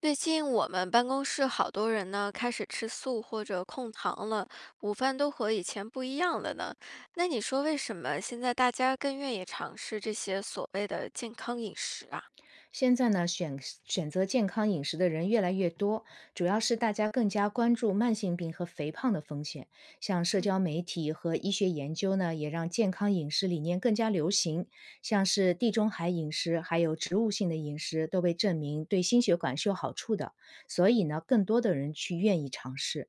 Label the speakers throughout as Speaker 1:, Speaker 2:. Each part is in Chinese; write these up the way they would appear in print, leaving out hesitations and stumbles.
Speaker 1: 最近我们办公室好多人呢，开始吃素或者控糖了，午饭都和以前不一样了呢。那你说为什么现在大家更愿意尝试这些所谓的健康饮食啊？
Speaker 2: 现在呢，选择健康饮食的人越来越多，主要是大家更加关注慢性病和肥胖的风险。像社
Speaker 1: 嗯，
Speaker 2: 交媒体和医学研究呢，也让健康饮食理念更加流行。像是地中海饮食，还有植物性的饮食，都被证明对心血管是有好处的，所以呢，更多的人去愿意尝试。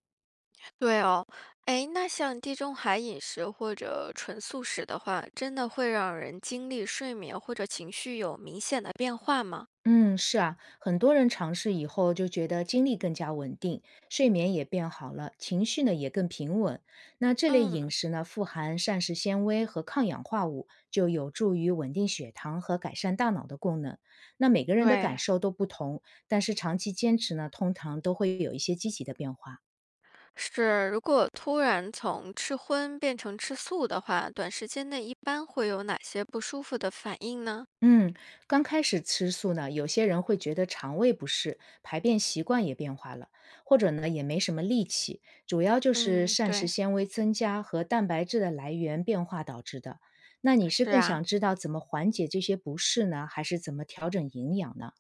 Speaker 1: 对哦，哎，那像地中海饮食或者纯素食的话，真的会让人精力、睡眠或者情绪有明显的变化吗？
Speaker 2: 嗯，是啊，很多人尝试以后就觉得精力更加稳定，睡眠也变好了，情绪呢也更平稳。那这类饮
Speaker 1: 嗯，
Speaker 2: 食呢，富含膳食纤维和抗氧化物，就有助于稳定血糖和改善大脑的功能。那每个人的感
Speaker 1: 对，
Speaker 2: 受都不同，但是长期坚持呢，通常都会有一些积极的变化。
Speaker 1: 是，如果突然从吃荤变成吃素的话，短时间内一般会有哪些不舒服的反应呢？
Speaker 2: 嗯，刚开始吃素呢，有些人会觉得肠胃不适，排便习惯也变化了，或者呢也没什么力气，主要就是
Speaker 1: 嗯，
Speaker 2: 膳食
Speaker 1: 对，
Speaker 2: 纤维增加和蛋白质的来源变化导致的。那你是
Speaker 1: 是
Speaker 2: 更
Speaker 1: 啊，
Speaker 2: 想知道怎么缓解这些不适呢，还是怎么调整营养呢？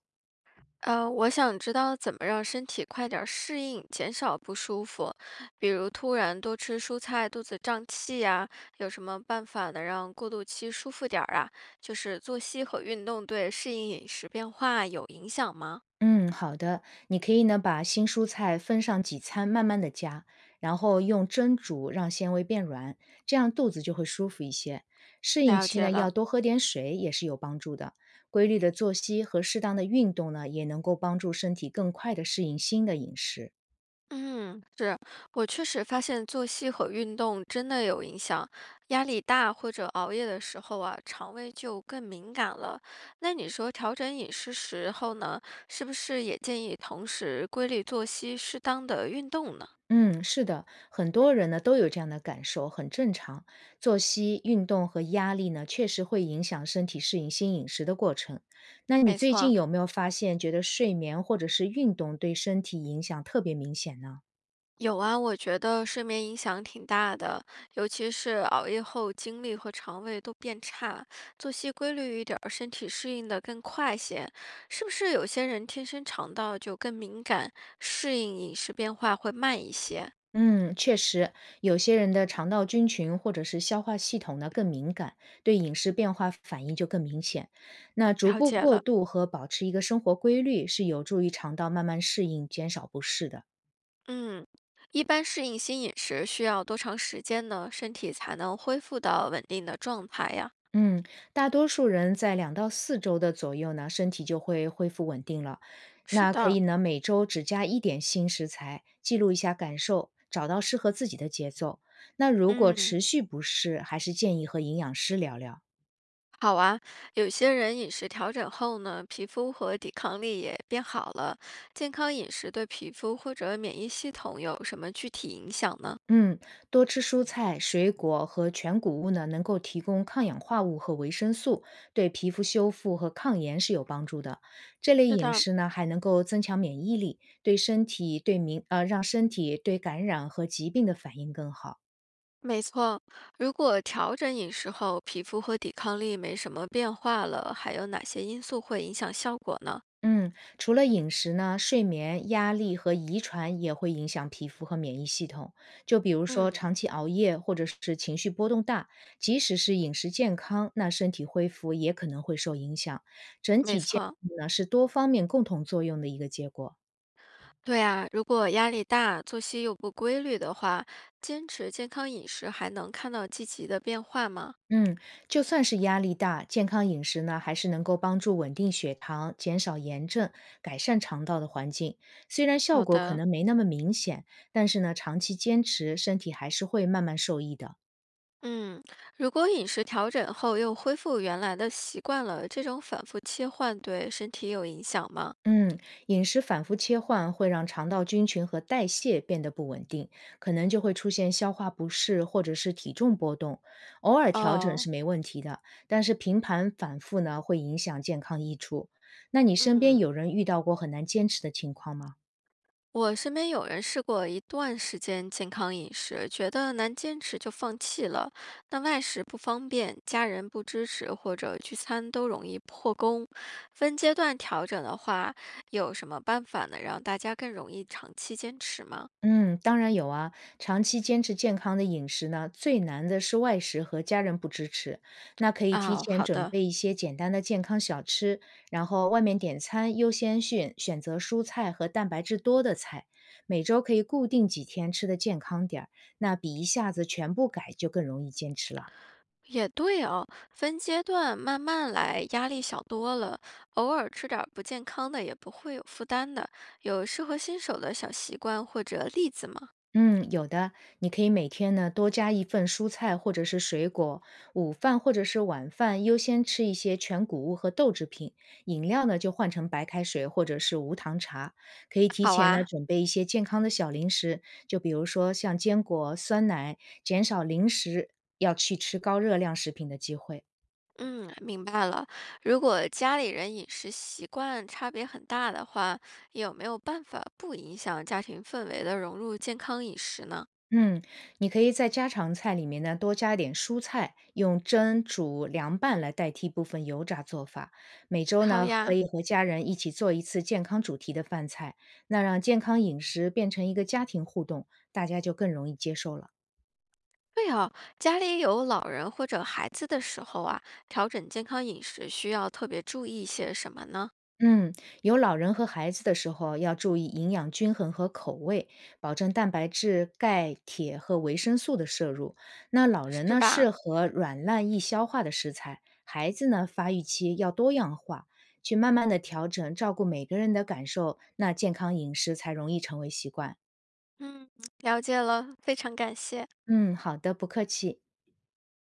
Speaker 1: 我想知道怎么让身体快点儿适应，减少不舒服，比如突然多吃蔬菜，肚子胀气呀，有什么办法能让过渡期舒服点儿啊？就是作息和运动对适应饮食变化有影响吗？
Speaker 2: 嗯，好的，你可以呢把新蔬菜分上几餐，慢慢的加，然后用蒸煮让纤维变软，这样肚子就会舒服一些。适应
Speaker 1: 了
Speaker 2: 期
Speaker 1: 解
Speaker 2: 呢要
Speaker 1: 了。
Speaker 2: 多喝点水也是有帮助的。规律的作息和适当的运动呢，也能够帮助身体更快的适应新的饮食。
Speaker 1: 嗯，是，我确实发现作息和运动真的有影响。压力大或者熬夜的时候啊，肠胃就更敏感了。那你说调整饮食时候呢，是不是也建议同时规律作息、适当的运动呢？
Speaker 2: 嗯，是的，很多人呢都有这样的感受，很正常。作息、运动和压力呢，确实会影响身体适应新饮食的过程。那你
Speaker 1: 没
Speaker 2: 最
Speaker 1: 错
Speaker 2: 近
Speaker 1: 啊，
Speaker 2: 有没有发现，觉得睡眠或者是运动对身体影响特别明显呢？
Speaker 1: 有啊，我觉得睡眠影响挺大的，尤其是熬夜后，精力和肠胃都变差，作息规律一点儿，身体适应的更快些。是不是有些人天生肠道就更敏感，适应饮食变化会慢一些？
Speaker 2: 嗯，确实，有些人的肠道菌群或者是消化系统呢更敏感，对饮食变化反应就更明显。那逐
Speaker 1: 了
Speaker 2: 步
Speaker 1: 解
Speaker 2: 过
Speaker 1: 了，
Speaker 2: 渡和保持一个生活规律，是有助于肠道慢慢适应，减少不适的。
Speaker 1: 嗯，一般适应新饮食需要多长时间呢？身体才能恢复到稳定的状态呀？
Speaker 2: 嗯，大多数人在2到4周的左右呢，身体就会恢复稳定了。
Speaker 1: 是
Speaker 2: 那可
Speaker 1: 的，
Speaker 2: 以呢，每周只加一点新食材，记录一下感受，找到适合自己的节奏。那如果
Speaker 1: 嗯。
Speaker 2: 持续不适，还是建议和营养师聊聊。
Speaker 1: 好啊，有些人饮食调整后呢，皮肤和抵抗力也变好了。健康饮食对皮肤或者免疫系统有什么具体影响呢？
Speaker 2: 嗯，多吃蔬菜、水果和全谷物呢，能够提供抗氧化物和维生素，对皮肤修复和抗炎是有帮助的。这类
Speaker 1: 是
Speaker 2: 饮
Speaker 1: 的，
Speaker 2: 食呢，还能够增强免疫力，对身体对敏呃让身体对感染和疾病的反应更好。
Speaker 1: 没错，如果调整饮食后，皮肤和抵抗力没什么变化了，还有哪些因素会影响效果呢？
Speaker 2: 嗯，除了饮食呢，睡眠、压力和遗传也会影响皮肤和免疫系统。就比如说
Speaker 1: 嗯，
Speaker 2: 长期熬夜或者是情绪波动大，即使是饮食健康，那身体恢复也可能会受影响。整
Speaker 1: 没
Speaker 2: 体健
Speaker 1: 错，
Speaker 2: 康呢，是多方面共同作用的一个结果。
Speaker 1: 对啊，如果压力大、作息又不规律的话，坚持健康饮食还能看到积极的变化吗？
Speaker 2: 嗯，就算是压力大，健康饮食呢，还是能够帮助稳定血糖、减少炎症、改善肠道的环境。虽然效
Speaker 1: 好
Speaker 2: 果可
Speaker 1: 的。
Speaker 2: 能没那么明显，但是呢，长期坚持，身体还是会慢慢受益的。
Speaker 1: 嗯，如果饮食调整后又恢复原来的习惯了，这种反复切换对身体有影响吗？
Speaker 2: 嗯，饮食反复切换会让肠道菌群和代谢变得不稳定，可能就会出现消化不适或者是体重波动。偶尔调整
Speaker 1: 哦，
Speaker 2: 是没问题的，但是频繁反复呢，会影响健康益处。那你身边
Speaker 1: 嗯，
Speaker 2: 有人遇到过很难坚持的情况吗？
Speaker 1: 我身边有人试过一段时间健康饮食，觉得难坚持就放弃了。那外食不方便，家人不支持，或者聚餐都容易破功。分阶段调整的话，有什么办法能让大家更容易长期坚持吗？
Speaker 2: 嗯，当然有啊。长期坚持健康的饮食呢，最难的是外食和家人不支持。那可以提
Speaker 1: 哦，
Speaker 2: 前
Speaker 1: 好
Speaker 2: 准
Speaker 1: 的。
Speaker 2: 备一些简单的健康小吃，然后外面点餐优先选择蔬菜和蛋白质多的菜。每周可以固定几天吃的健康点儿，那比一下子全部改就更容易坚持了。
Speaker 1: 也对哦，分阶段慢慢来，压力小多了。偶尔吃点儿不健康的也不会有负担的。有适合新手的小习惯或者例子吗？
Speaker 2: 嗯，有的，你可以每天呢多加一份蔬菜或者是水果，午饭或者是晚饭优先吃一些全谷物和豆制品，饮料呢就换成白开水或者是无糖茶。可以提
Speaker 1: 好
Speaker 2: 前呢
Speaker 1: 啊，
Speaker 2: 准备一些健康的小零食，就比如说像坚果、酸奶，减少零食要去吃高热量食品的机会。
Speaker 1: 嗯，明白了。如果家里人饮食习惯差别很大的话，有没有办法不影响家庭氛围的融入健康饮食呢？
Speaker 2: 嗯，你可以在家常菜里面呢多加一点蔬菜，用蒸、煮、凉拌来代替部分油炸做法。每周
Speaker 1: 好
Speaker 2: 呢可
Speaker 1: 呀。
Speaker 2: 以和家人一起做一次健康主题的饭菜，那让健康饮食变成一个家庭互动，大家就更容易接受了。
Speaker 1: 对哦，家里有老人或者孩子的时候啊，调整健康饮食需要特别注意些什么呢？
Speaker 2: 嗯，有老人和孩子的时候，要注意营养均衡和口味，保证蛋白质、钙、铁和维生素的摄入。那老人
Speaker 1: 是
Speaker 2: 呢，适
Speaker 1: 吧？
Speaker 2: 合软烂易消化的食材；孩子呢，发育期要多样化，去慢慢的调整，照顾每个人的感受，那健康饮食才容易成为习惯。
Speaker 1: 嗯，了解了，非常感谢。
Speaker 2: 嗯，好的，不客气。